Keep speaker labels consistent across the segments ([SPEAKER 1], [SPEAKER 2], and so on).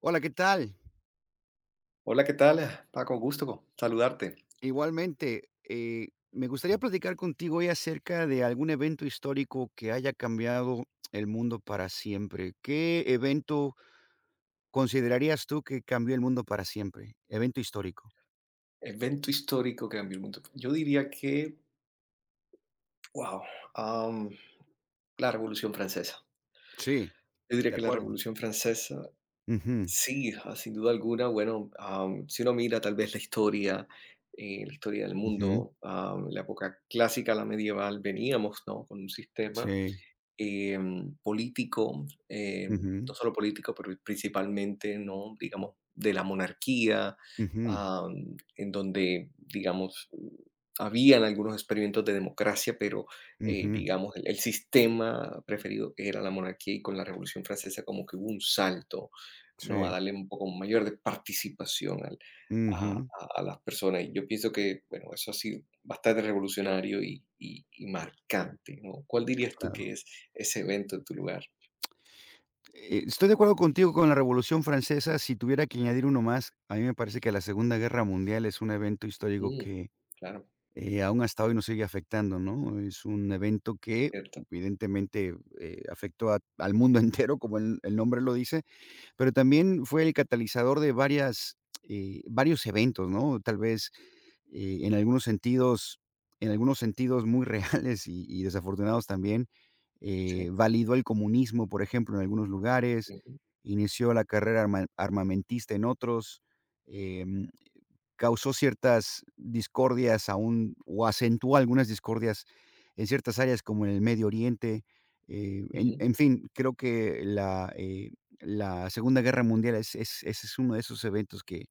[SPEAKER 1] Hola, ¿qué tal?
[SPEAKER 2] Hola, ¿qué tal? Paco, gusto saludarte.
[SPEAKER 1] Igualmente, me gustaría platicar contigo hoy acerca de algún evento histórico que haya cambiado el mundo para siempre. ¿Qué evento considerarías tú que cambió el mundo para siempre? Evento histórico.
[SPEAKER 2] Evento histórico que cambió el mundo. Yo diría que, wow, am, la Revolución Francesa.
[SPEAKER 1] Sí,
[SPEAKER 2] Yo diría
[SPEAKER 1] de
[SPEAKER 2] que la
[SPEAKER 1] acuerdo.
[SPEAKER 2] Revolución Francesa.
[SPEAKER 1] Ujú,
[SPEAKER 2] Sí, sin duda alguna, bueno, si uno mira tal vez la historia del
[SPEAKER 1] ujú,
[SPEAKER 2] mundo, la época clásica, la medieval, veníamos, ¿no?, con un sistema
[SPEAKER 1] sí,
[SPEAKER 2] político, no
[SPEAKER 1] ujú,
[SPEAKER 2] solo político, pero principalmente, ¿no?, digamos, de la monarquía,
[SPEAKER 1] ujú,
[SPEAKER 2] en donde, digamos, habían algunos experimentos de democracia, pero,
[SPEAKER 1] ujú,
[SPEAKER 2] digamos, el sistema preferido era la monarquía, y con la Revolución Francesa como que hubo un salto, ¿no? A
[SPEAKER 1] sí,
[SPEAKER 2] darle un poco mayor de participación al- a,
[SPEAKER 1] ujú,
[SPEAKER 2] a- a las personas. Y yo pienso que, bueno, eso ha sido bastante revolucionario y marcante, ¿no? ¿Cuál dirías tú
[SPEAKER 1] claro.
[SPEAKER 2] que es ese evento en tu lugar?
[SPEAKER 1] Estoy de acuerdo contigo con la Revolución Francesa. Si tuviera que añadir uno más, a mí me parece que la Segunda Guerra Mundial es un evento histórico
[SPEAKER 2] Mm,
[SPEAKER 1] que,
[SPEAKER 2] claro,
[SPEAKER 1] aún hasta hoy nos sigue afectando, ¿no? Es un evento que
[SPEAKER 2] cierto.
[SPEAKER 1] evidentemente, afectó a al mundo entero, como el nombre lo dice, pero también fue el catalizador de varias, varios eventos, ¿no? Tal vez, eh, en algunos sentidos en algunos sentidos muy reales y desafortunados también,
[SPEAKER 2] Sí.
[SPEAKER 1] validó el comunismo, por ejemplo, en algunos lugares,
[SPEAKER 2] Ujú,
[SPEAKER 1] inició la carrera armamentista en otros, em, causó ciertas discordias aún o acentuó algunas discordias en ciertas áreas como en el Medio Oriente, en
[SPEAKER 2] ujú.
[SPEAKER 1] fin, creo que la Segunda Guerra Mundial es ese es uno de esos eventos que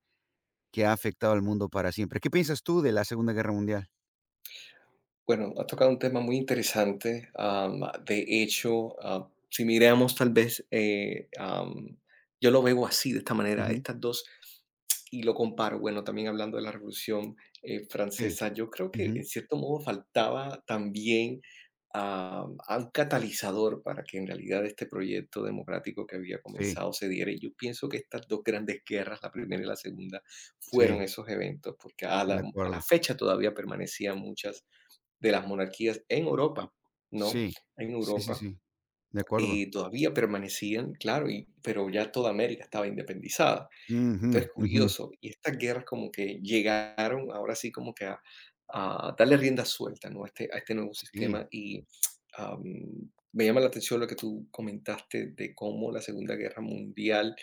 [SPEAKER 1] ha afectado al mundo para siempre. ¿Qué piensas tú de la Segunda Guerra Mundial?
[SPEAKER 2] Bueno, has tocado un tema muy interesante. De hecho, si miramos tal vez, yo lo veo así, de esta manera,
[SPEAKER 1] Ujú.
[SPEAKER 2] estas dos, y lo comparo, bueno, también hablando de la Revolución
[SPEAKER 1] Sí,
[SPEAKER 2] Francesa, yo creo que en
[SPEAKER 1] ujú,
[SPEAKER 2] cierto modo faltaba también a un catalizador para que en realidad este proyecto democrático que había
[SPEAKER 1] sí,
[SPEAKER 2] comenzado se diera. Y yo pienso que estas dos grandes guerras, la primera y la segunda, fueron
[SPEAKER 1] sí,
[SPEAKER 2] esos eventos, porque a
[SPEAKER 1] de
[SPEAKER 2] la, a la
[SPEAKER 1] acuerdo.
[SPEAKER 2] fecha todavía permanecían muchas de las monarquías en Europa, ¿no?
[SPEAKER 1] Sí,
[SPEAKER 2] En
[SPEAKER 1] sí, sí,
[SPEAKER 2] Europa
[SPEAKER 1] sí, de acuerdo.
[SPEAKER 2] todavía permanecían, claro, y pero ya toda América estaba independizada.
[SPEAKER 1] Ujú,
[SPEAKER 2] Entonces,
[SPEAKER 1] ujú.
[SPEAKER 2] curioso, y estas guerras como que llegaron ahora sí como que a darle rienda suelta, ¿no? A este nuevo
[SPEAKER 1] Sí.
[SPEAKER 2] sistema. Y am, me llama la atención lo que tú comentaste de cómo la Segunda Guerra Mundial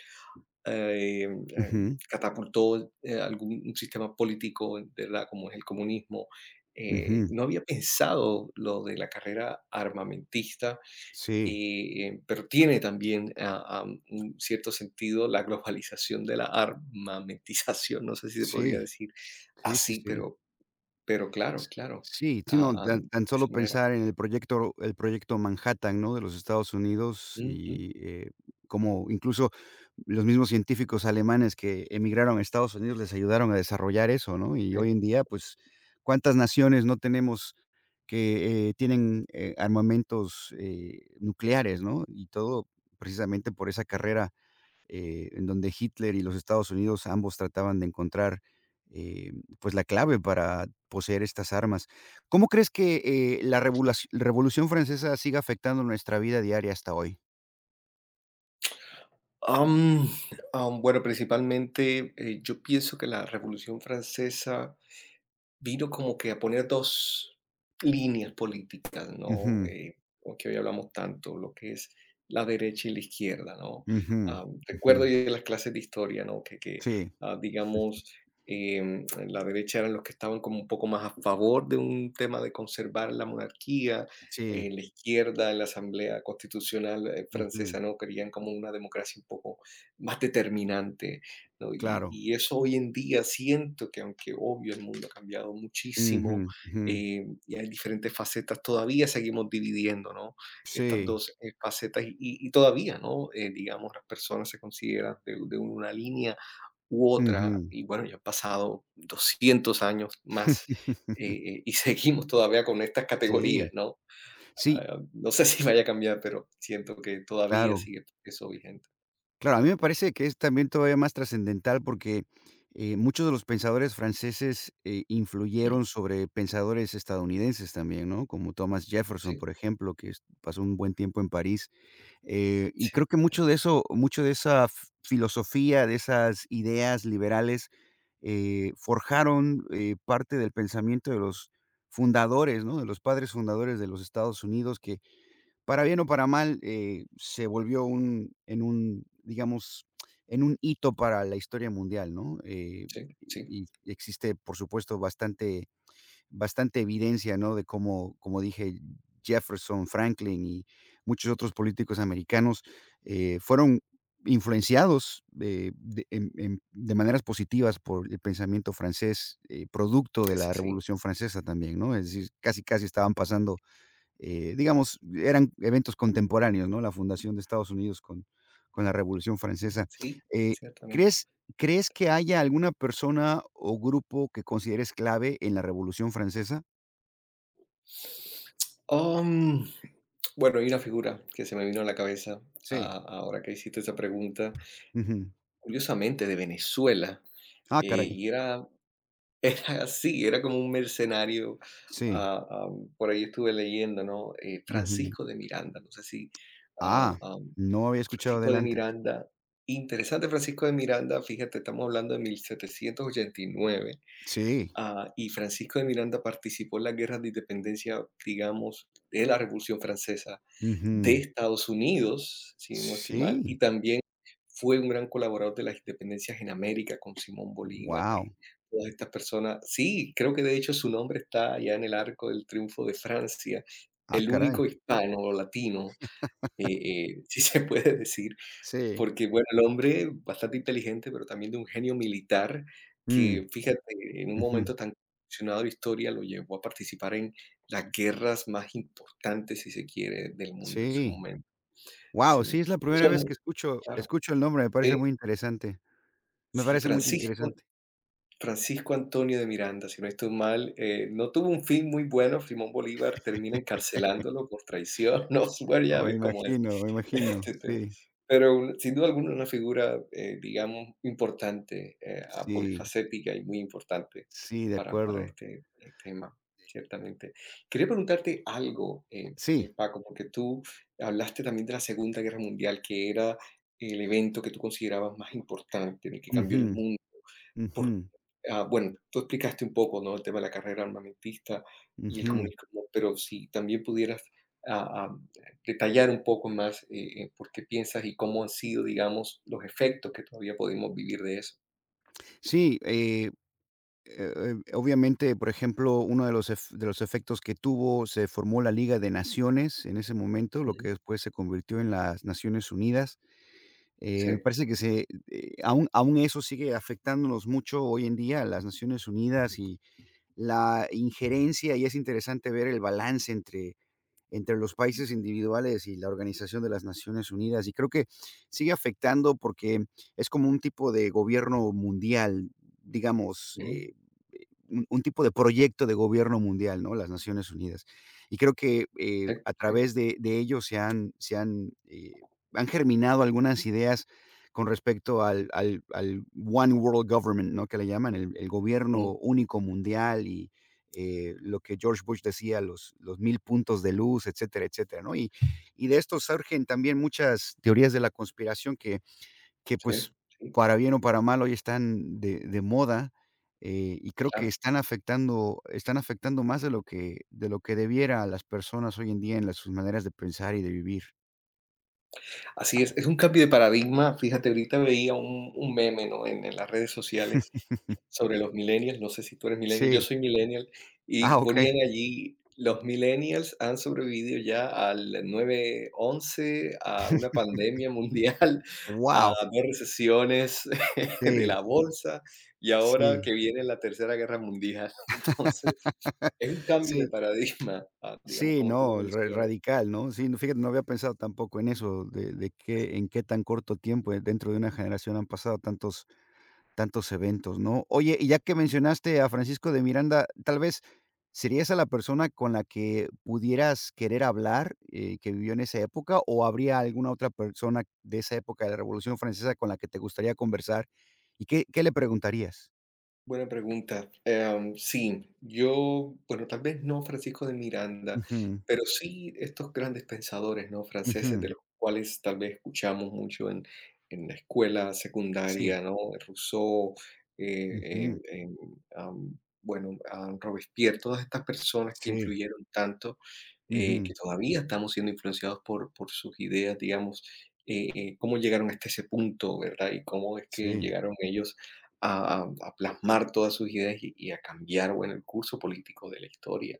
[SPEAKER 2] eh, eh,
[SPEAKER 1] Ujú,
[SPEAKER 2] catapultó, algún un sistema político, ¿verdad? Como es el comunismo.
[SPEAKER 1] ujú.
[SPEAKER 2] No había pensado lo de la carrera armamentista,
[SPEAKER 1] Sí,
[SPEAKER 2] pero tiene también a un cierto sentido la globalización de la armamentización, no sé si se podría
[SPEAKER 1] sí,
[SPEAKER 2] decir
[SPEAKER 1] sí, sí,
[SPEAKER 2] así,
[SPEAKER 1] sí,
[SPEAKER 2] pero, claro, claro,
[SPEAKER 1] sí, sí, no, tan
[SPEAKER 2] de
[SPEAKER 1] tan solo
[SPEAKER 2] esa manera.
[SPEAKER 1] pensar en el proyecto Manhattan, ¿no?, de los Estados Unidos
[SPEAKER 2] Mm, mm,
[SPEAKER 1] y, cómo incluso los mismos científicos alemanes que emigraron a Estados Unidos les ayudaron a desarrollar eso, ¿no? Y
[SPEAKER 2] sí.
[SPEAKER 1] hoy en día, pues, ¿cuántas naciones no tenemos que, tienen, armamentos, nucleares, no? Y todo precisamente por esa carrera en donde Hitler y los Estados Unidos ambos trataban de encontrar, eh, pues, la clave para poseer estas armas. ¿Cómo crees que, la revulaci Revolución Francesa siga afectando nuestra vida diaria hasta hoy?
[SPEAKER 2] Am, bueno, principalmente, yo pienso que la Revolución Francesa vino como que a poner dos líneas políticas, ¿no?
[SPEAKER 1] Ujú,
[SPEAKER 2] Que hoy hablamos tanto, lo que es la derecha y la izquierda, ¿no?
[SPEAKER 1] ujú, ujú.
[SPEAKER 2] Recuerdo yo de las clases de historia, ¿no? Que, que
[SPEAKER 1] Sí,
[SPEAKER 2] ah, digamos, la derecha eran los que estaban como un poco más a favor de un tema de conservar la monarquía,
[SPEAKER 1] sí,
[SPEAKER 2] la izquierda en la Asamblea Constitucional,
[SPEAKER 1] ujú,
[SPEAKER 2] francesa, ¿no? Querían como una democracia un poco más determinante, ¿no? Y,
[SPEAKER 1] claro.
[SPEAKER 2] y eso hoy en día siento que, aunque obvio el mundo ha cambiado
[SPEAKER 1] Ujú,
[SPEAKER 2] muchísimo,
[SPEAKER 1] ujú.
[SPEAKER 2] y hay diferentes facetas, todavía seguimos dividiendo, ¿no?, estas
[SPEAKER 1] Sí,
[SPEAKER 2] dos facetas. Y todavía, ¿no? Digamos, las personas se consideran de una línea u otra,
[SPEAKER 1] ujú.
[SPEAKER 2] y bueno, ya han pasado 200 años más, eh, y seguimos todavía con estas categorías,
[SPEAKER 1] Sí,
[SPEAKER 2] ¿no?
[SPEAKER 1] sí,
[SPEAKER 2] No sé si vaya a cambiar, pero siento que todavía
[SPEAKER 1] claro.
[SPEAKER 2] sigue eso vigente.
[SPEAKER 1] Claro, a mí me parece que es también todavía más trascendental porque, muchos de los pensadores franceses,
[SPEAKER 2] Mm.
[SPEAKER 1] influyeron sobre pensadores estadounidenses también, ¿no? Como Thomas Jefferson, por
[SPEAKER 2] Sí,
[SPEAKER 1] ejemplo, que es pasó un buen tiempo en París, y
[SPEAKER 2] sí,
[SPEAKER 1] creo que
[SPEAKER 2] sí,
[SPEAKER 1] mucho de esa f filosofía, de esas ideas liberales, forjaron, parte del pensamiento de los fundadores, ¿no? De los padres fundadores de los Estados Unidos que para bien o para mal, se volvió un, digamos, en un hito para la historia mundial, ¿no?
[SPEAKER 2] sí,
[SPEAKER 1] Y
[SPEAKER 2] sí.
[SPEAKER 1] existe, por supuesto, bastante evidencia, ¿no? De cómo, como dije, Jefferson, Franklin y muchos otros políticos americanos, fueron influenciados, de en de maneras positivas por el pensamiento francés, producto de
[SPEAKER 2] Es
[SPEAKER 1] la
[SPEAKER 2] así,
[SPEAKER 1] Revolución Francesa también, ¿no? Es decir, casi estaban pasando digamos, eran eventos contemporáneos, ¿no? La fundación de Estados Unidos con la Revolución Francesa.
[SPEAKER 2] sí,
[SPEAKER 1] Eh,
[SPEAKER 2] ciertamente.
[SPEAKER 1] ¿crees, ¿Crees que haya alguna persona o grupo que consideres clave en la Revolución Francesa?
[SPEAKER 2] Am, bueno, hay una figura que se me vino a la cabeza
[SPEAKER 1] Sí.
[SPEAKER 2] ahora que hiciste esa pregunta,
[SPEAKER 1] Ujú.
[SPEAKER 2] curiosamente de Venezuela,
[SPEAKER 1] Ah, caray.
[SPEAKER 2] y era, era así, era como un mercenario.
[SPEAKER 1] Sí.
[SPEAKER 2] Por ahí estuve leyendo, ¿no?
[SPEAKER 1] Ujú.
[SPEAKER 2] Francisco de Miranda, no sé si. ah,
[SPEAKER 1] Ah,
[SPEAKER 2] am,
[SPEAKER 1] no había escuchado
[SPEAKER 2] Francisco
[SPEAKER 1] del
[SPEAKER 2] de
[SPEAKER 1] antes.
[SPEAKER 2] Miranda, interesante. Francisco de Miranda, fíjate, estamos hablando de 1789.
[SPEAKER 1] Sí.
[SPEAKER 2] Y Francisco de Miranda participó en las guerras de independencia, digamos, de la Revolución Francesa, de
[SPEAKER 1] Ujú.
[SPEAKER 2] Estados Unidos, si no estoy mal,
[SPEAKER 1] Sí.
[SPEAKER 2] y también fue un gran colaborador de las independencias en América con Simón Bolívar
[SPEAKER 1] Wow.
[SPEAKER 2] y todas estas personas. Sí, creo que de hecho su nombre está ya en el arco del triunfo de Francia,
[SPEAKER 1] Ah,
[SPEAKER 2] el
[SPEAKER 1] caray.
[SPEAKER 2] único hispano o latino, si se puede decir,
[SPEAKER 1] Sí.
[SPEAKER 2] porque, bueno, el hombre bastante inteligente, pero también de un genio militar
[SPEAKER 1] Mm,
[SPEAKER 2] que, fíjate, en un
[SPEAKER 1] ujú.
[SPEAKER 2] momento tan convulsionado de historia lo llevó a participar en las guerras más importantes, si se quiere, del mundo en su
[SPEAKER 1] Sí.
[SPEAKER 2] momento.
[SPEAKER 1] Wow,
[SPEAKER 2] Sí,
[SPEAKER 1] sí, es la primera
[SPEAKER 2] persona,
[SPEAKER 1] vez que
[SPEAKER 2] claro,
[SPEAKER 1] escucho el nombre, me parece
[SPEAKER 2] sí,
[SPEAKER 1] muy interesante. Me
[SPEAKER 2] sí,
[SPEAKER 1] parece muy
[SPEAKER 2] Francisco
[SPEAKER 1] interesante.
[SPEAKER 2] Antonio de Miranda, si no estoy mal, no tuvo un fin muy bueno. Simón Bolívar termina encarcelándolo por traición. No, bueno, ya
[SPEAKER 1] Me
[SPEAKER 2] ves cómo es.
[SPEAKER 1] imagino, me imagino.
[SPEAKER 2] Este tema.
[SPEAKER 1] Sí,
[SPEAKER 2] Pero, sin duda alguna, una figura, digamos, importante,
[SPEAKER 1] sí,
[SPEAKER 2] polifacética y muy importante
[SPEAKER 1] sí, de
[SPEAKER 2] para
[SPEAKER 1] acuerdo.
[SPEAKER 2] este, tema, ciertamente. Quería preguntarte algo,
[SPEAKER 1] Sí.
[SPEAKER 2] Paco, porque tú hablaste también de la Segunda Guerra Mundial, que era el evento que tú considerabas más importante, en el que cambió
[SPEAKER 1] Ujú,
[SPEAKER 2] el mundo.
[SPEAKER 1] ujú,
[SPEAKER 2] ¿Por bueno, tú explicaste un poco, ¿no?, el tema de la carrera armamentista y el
[SPEAKER 1] ujú.
[SPEAKER 2] comunismo, pero si también pudieras ah, ah, detallar un poco más, por qué piensas y cómo han sido, digamos, los efectos que todavía podemos vivir de eso.
[SPEAKER 1] Sí, obviamente, por ejemplo, uno de los ef de los efectos que tuvo, se formó la Liga de Naciones en ese momento, lo que
[SPEAKER 2] Ujú.
[SPEAKER 1] después se convirtió en las Naciones Unidas. Me
[SPEAKER 2] Sí,
[SPEAKER 1] parece que se aún eso sigue afectándonos mucho hoy en día, las Naciones Unidas y la injerencia, y es interesante ver el balance entre los países individuales y la Organización de las Naciones Unidas. Y creo que sigue afectando porque es como un tipo de gobierno mundial, digamos,
[SPEAKER 2] ujú,
[SPEAKER 1] un tipo de proyecto de gobierno mundial, ¿no? Las Naciones Unidas. Y creo que
[SPEAKER 2] sí,
[SPEAKER 1] a
[SPEAKER 2] sí,
[SPEAKER 1] través de ello se han, han germinado algunas ideas con respecto al One World Government, ¿no? Que le llaman el
[SPEAKER 2] ujú,
[SPEAKER 1] gobierno único mundial lo que George Bush decía, los 1000 puntos de luz, etcétera, etcétera, ¿no? Y de esto surgen también muchas teorías de la conspiración que
[SPEAKER 2] sí,
[SPEAKER 1] pues,
[SPEAKER 2] sí,
[SPEAKER 1] para bien o para mal, hoy están de moda y creo que
[SPEAKER 2] claro.
[SPEAKER 1] están afectando más de lo que debiera a las personas hoy en día en sus maneras de pensar y de vivir.
[SPEAKER 2] Así es un cambio de paradigma. Fíjate, ahorita veía un meme, ¿no?, en, las redes sociales, sobre los millennials. No sé si tú eres millennial, yo
[SPEAKER 1] Sí.
[SPEAKER 2] soy millennial,
[SPEAKER 1] Ah,
[SPEAKER 2] y
[SPEAKER 1] ok.
[SPEAKER 2] ponían allí: "Los millennials han sobrevivido ya al 9/11, a una pandemia mundial, a
[SPEAKER 1] Wow.
[SPEAKER 2] 2 recesiones de
[SPEAKER 1] Sí,
[SPEAKER 2] la bolsa, y ahora
[SPEAKER 1] sí,
[SPEAKER 2] que viene la tercera guerra mundial". Entonces, es un cambio
[SPEAKER 1] sí.
[SPEAKER 2] de paradigma, digamos,
[SPEAKER 1] Sí,
[SPEAKER 2] como tú lo
[SPEAKER 1] no, el ra
[SPEAKER 2] mencionas.
[SPEAKER 1] radical, ¿no? Sí, no, fíjate, no había pensado tampoco en eso, de qué en qué tan corto tiempo, dentro de una generación han pasado tantos eventos, ¿no? Oye, y ya que mencionaste a Francisco de Miranda, tal vez, ¿sería esa la persona con la que pudieras querer hablar, que vivió en esa época, o habría alguna otra persona de esa época de la Revolución Francesa con la que te gustaría conversar? ¿Y qué le preguntarías?
[SPEAKER 2] Buena pregunta. Sí, yo, bueno, tal vez no Francisco de Miranda,
[SPEAKER 1] Ujú,
[SPEAKER 2] pero sí estos grandes pensadores, ¿no?, franceses,
[SPEAKER 1] ujú,
[SPEAKER 2] de los cuales tal vez escuchamos mucho en, la escuela
[SPEAKER 1] sí,
[SPEAKER 2] secundaria, ¿no? Rousseau, eh,
[SPEAKER 1] ujú,
[SPEAKER 2] en- en, bueno, a Robespierre, todas estas personas que
[SPEAKER 1] sí,
[SPEAKER 2] influyeron tanto,
[SPEAKER 1] ujú,
[SPEAKER 2] que todavía estamos siendo influenciados por sus ideas, digamos, cómo llegaron hasta ese punto, ¿verdad? Y cómo es que
[SPEAKER 1] sí,
[SPEAKER 2] llegaron ellos a a a plasmar todas sus ideas y a cambiar, bueno, el curso político de la historia.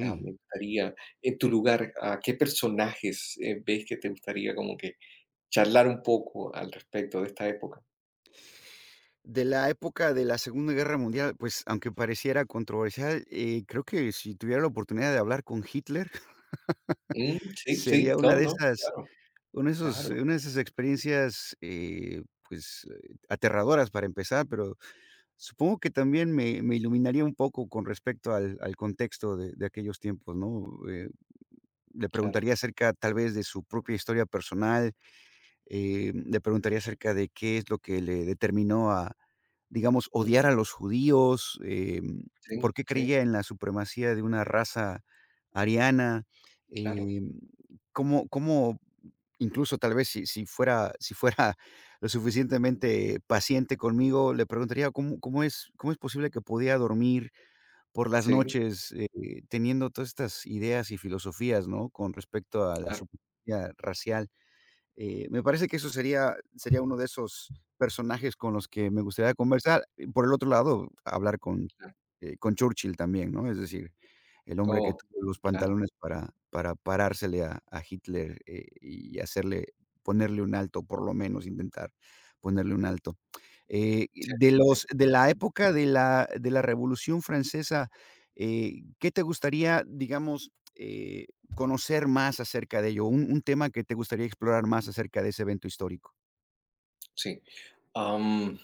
[SPEAKER 2] Me gustaría, en tu lugar, ¿a qué personajes, ves que te gustaría como que charlar un poco al respecto de esta época?
[SPEAKER 1] De la época de la Segunda Guerra Mundial, pues, aunque pareciera controversial, creo que si tuviera la oportunidad de hablar con Hitler,
[SPEAKER 2] Mm, sí, sí,
[SPEAKER 1] sería
[SPEAKER 2] no, no, claro, claro,
[SPEAKER 1] una de esas experiencias, pues, aterradoras para empezar, pero supongo que también me iluminaría un poco con respecto al contexto de aquellos tiempos, ¿no? Eh, Le
[SPEAKER 2] claro.
[SPEAKER 1] preguntaría acerca, tal vez, de su propia historia personal. Le preguntaría acerca de qué es lo que le determinó a, digamos, odiar
[SPEAKER 2] Ujú,
[SPEAKER 1] a los judíos,
[SPEAKER 2] sí,
[SPEAKER 1] por qué
[SPEAKER 2] sí,
[SPEAKER 1] creía en la supremacía de una raza ariana,
[SPEAKER 2] claro.
[SPEAKER 1] em, cómo incluso tal vez si fuera lo suficientemente paciente conmigo, le preguntaría cómo es posible que podía dormir por las
[SPEAKER 2] Sí,
[SPEAKER 1] noches, teniendo todas estas ideas y filosofías, ¿no?, con respecto a la
[SPEAKER 2] claro,
[SPEAKER 1] supremacía racial. Me parece que eso sería uno de esos personajes con los que me gustaría conversar. Y por el otro lado, hablar
[SPEAKER 2] claro.
[SPEAKER 1] con Churchill también, ¿no? Es decir, el hombre que
[SPEAKER 2] Oh,
[SPEAKER 1] tuvo los
[SPEAKER 2] claro,
[SPEAKER 1] pantalones para parársele a Hitler, y hacerle ponerle un alto, por lo menos intentar ponerle un alto.
[SPEAKER 2] ciertamente.
[SPEAKER 1] De la época de la Revolución Francesa, ¿qué te gustaría, digamos, conocer más acerca de ello? Un tema que te gustaría explorar más acerca de ese evento histórico.
[SPEAKER 2] Sí. Am,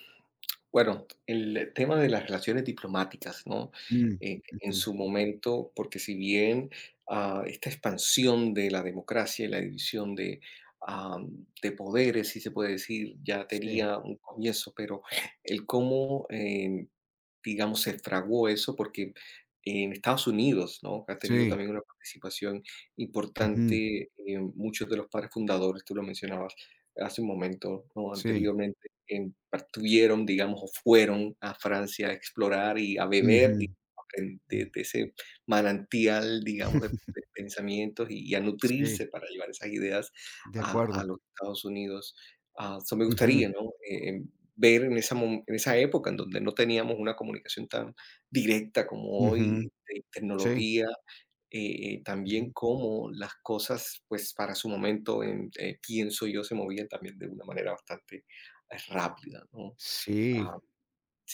[SPEAKER 2] bueno, el tema de las relaciones diplomáticas, ¿no?
[SPEAKER 1] Mm,
[SPEAKER 2] En
[SPEAKER 1] ujú.
[SPEAKER 2] su momento, porque si bien esta expansión de la democracia y la división de poderes, si se puede decir, ya
[SPEAKER 1] Sí,
[SPEAKER 2] tenía un comienzo, pero el cómo, digamos, se fraguó eso, porque en Estados Unidos, ¿no?, ha tenido
[SPEAKER 1] sí,
[SPEAKER 2] también una participación
[SPEAKER 1] ujú,
[SPEAKER 2] importante, muchos de los padres fundadores, tú lo mencionabas hace un momento, ¿no?,
[SPEAKER 1] sí,
[SPEAKER 2] anteriormente, partieron, digamos, o fueron a Francia a explorar y a
[SPEAKER 1] ujú,
[SPEAKER 2] beber, digamos, en- de,
[SPEAKER 1] mm.
[SPEAKER 2] de ese manantial, digamos, de, de pensamientos, y a
[SPEAKER 1] Sí,
[SPEAKER 2] nutrirse para llevar esas ideas
[SPEAKER 1] de
[SPEAKER 2] a,
[SPEAKER 1] acuerdo.
[SPEAKER 2] a los Estados Unidos. So me
[SPEAKER 1] Ujú,
[SPEAKER 2] gustaría, ¿no? Ver en esa mom en esa época en donde no teníamos una comunicación tan directa como
[SPEAKER 1] ujú,
[SPEAKER 2] hoy, de
[SPEAKER 1] sí,
[SPEAKER 2] tecnología, también
[SPEAKER 1] ujú.
[SPEAKER 2] cómo las cosas, pues, para su momento, en pienso yo, se movían también de una manera bastante, rápida, ¿no?
[SPEAKER 1] Sí,
[SPEAKER 2] Ah,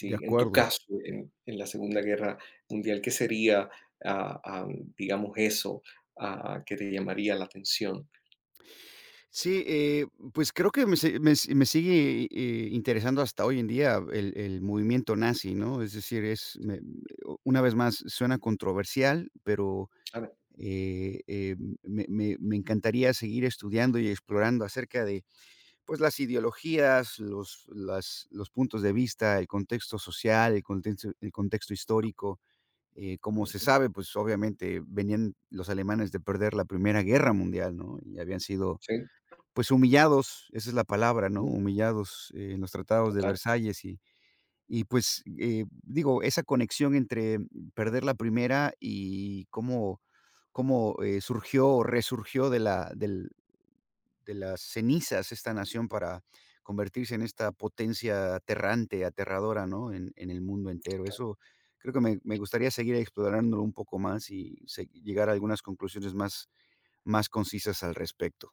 [SPEAKER 1] de
[SPEAKER 2] en tu
[SPEAKER 1] acuerdo.
[SPEAKER 2] caso, en la Segunda Guerra Mundial, ¿qué sería, digamos, eso, que te llamaría la atención?
[SPEAKER 1] Sí, pues creo que me se me s me sigue, interesando hasta hoy en día el movimiento nazi, ¿no? Es decir,
[SPEAKER 2] Sí,
[SPEAKER 1] una vez más suena controversial, pero
[SPEAKER 2] claro.
[SPEAKER 1] eh, eh, me, me encantaría seguir estudiando y explorando acerca de pues, las ideologías, los puntos de vista, el contexto social, el contexto histórico. Como se
[SPEAKER 2] Ujú.
[SPEAKER 1] sabe, pues obviamente venían los alemanes de perder la Primera Guerra Mundial, ¿no? Y habían sido
[SPEAKER 2] Sí,
[SPEAKER 1] pues humillados, esa es la palabra, ¿no?
[SPEAKER 2] mm,
[SPEAKER 1] Humillados en los tratados de
[SPEAKER 2] total.
[SPEAKER 1] Versalles y pues, digo, esa conexión entre perder la primera y cómo, surgió o resurgió de la del de las cenizas esta nación para convertirse en esta potencia aterrante, aterradora, ¿no?, en el mundo entero. Eso creo que me gustaría seguir explorándolo un poco más y se llegar a algunas conclusiones más concisas al respecto.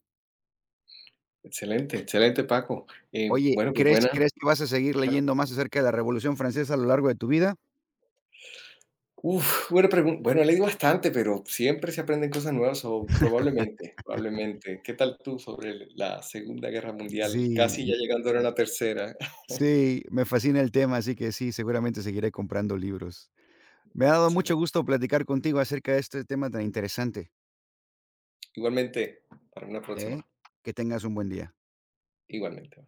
[SPEAKER 2] Excelente, excelente, Paco.
[SPEAKER 1] Oye,
[SPEAKER 2] Bueno, pues buena.
[SPEAKER 1] crees que vas a seguir
[SPEAKER 2] Claro.
[SPEAKER 1] leyendo más acerca de la Revolución Francesa a lo largo de tu vida?
[SPEAKER 2] Uf, buena pregunta. Bueno, he leído bastante, pero siempre se aprenden cosas nuevas, o probablemente, probablemente. ¿Qué tal tú sobre el la Segunda Guerra Mundial? Casi ya
[SPEAKER 1] Sí.
[SPEAKER 2] llegando ahora a la tercera.
[SPEAKER 1] Sí, me fascina el tema, así que sí, seguramente seguiré comprando libros. Me ha dado mucho
[SPEAKER 2] Excelente.
[SPEAKER 1] gusto platicar contigo acerca de este tema tan interesante,
[SPEAKER 2] Igualmente, para una
[SPEAKER 1] ¿eh?
[SPEAKER 2] próxima.
[SPEAKER 1] Que tengas un buen día.
[SPEAKER 2] Igualmente.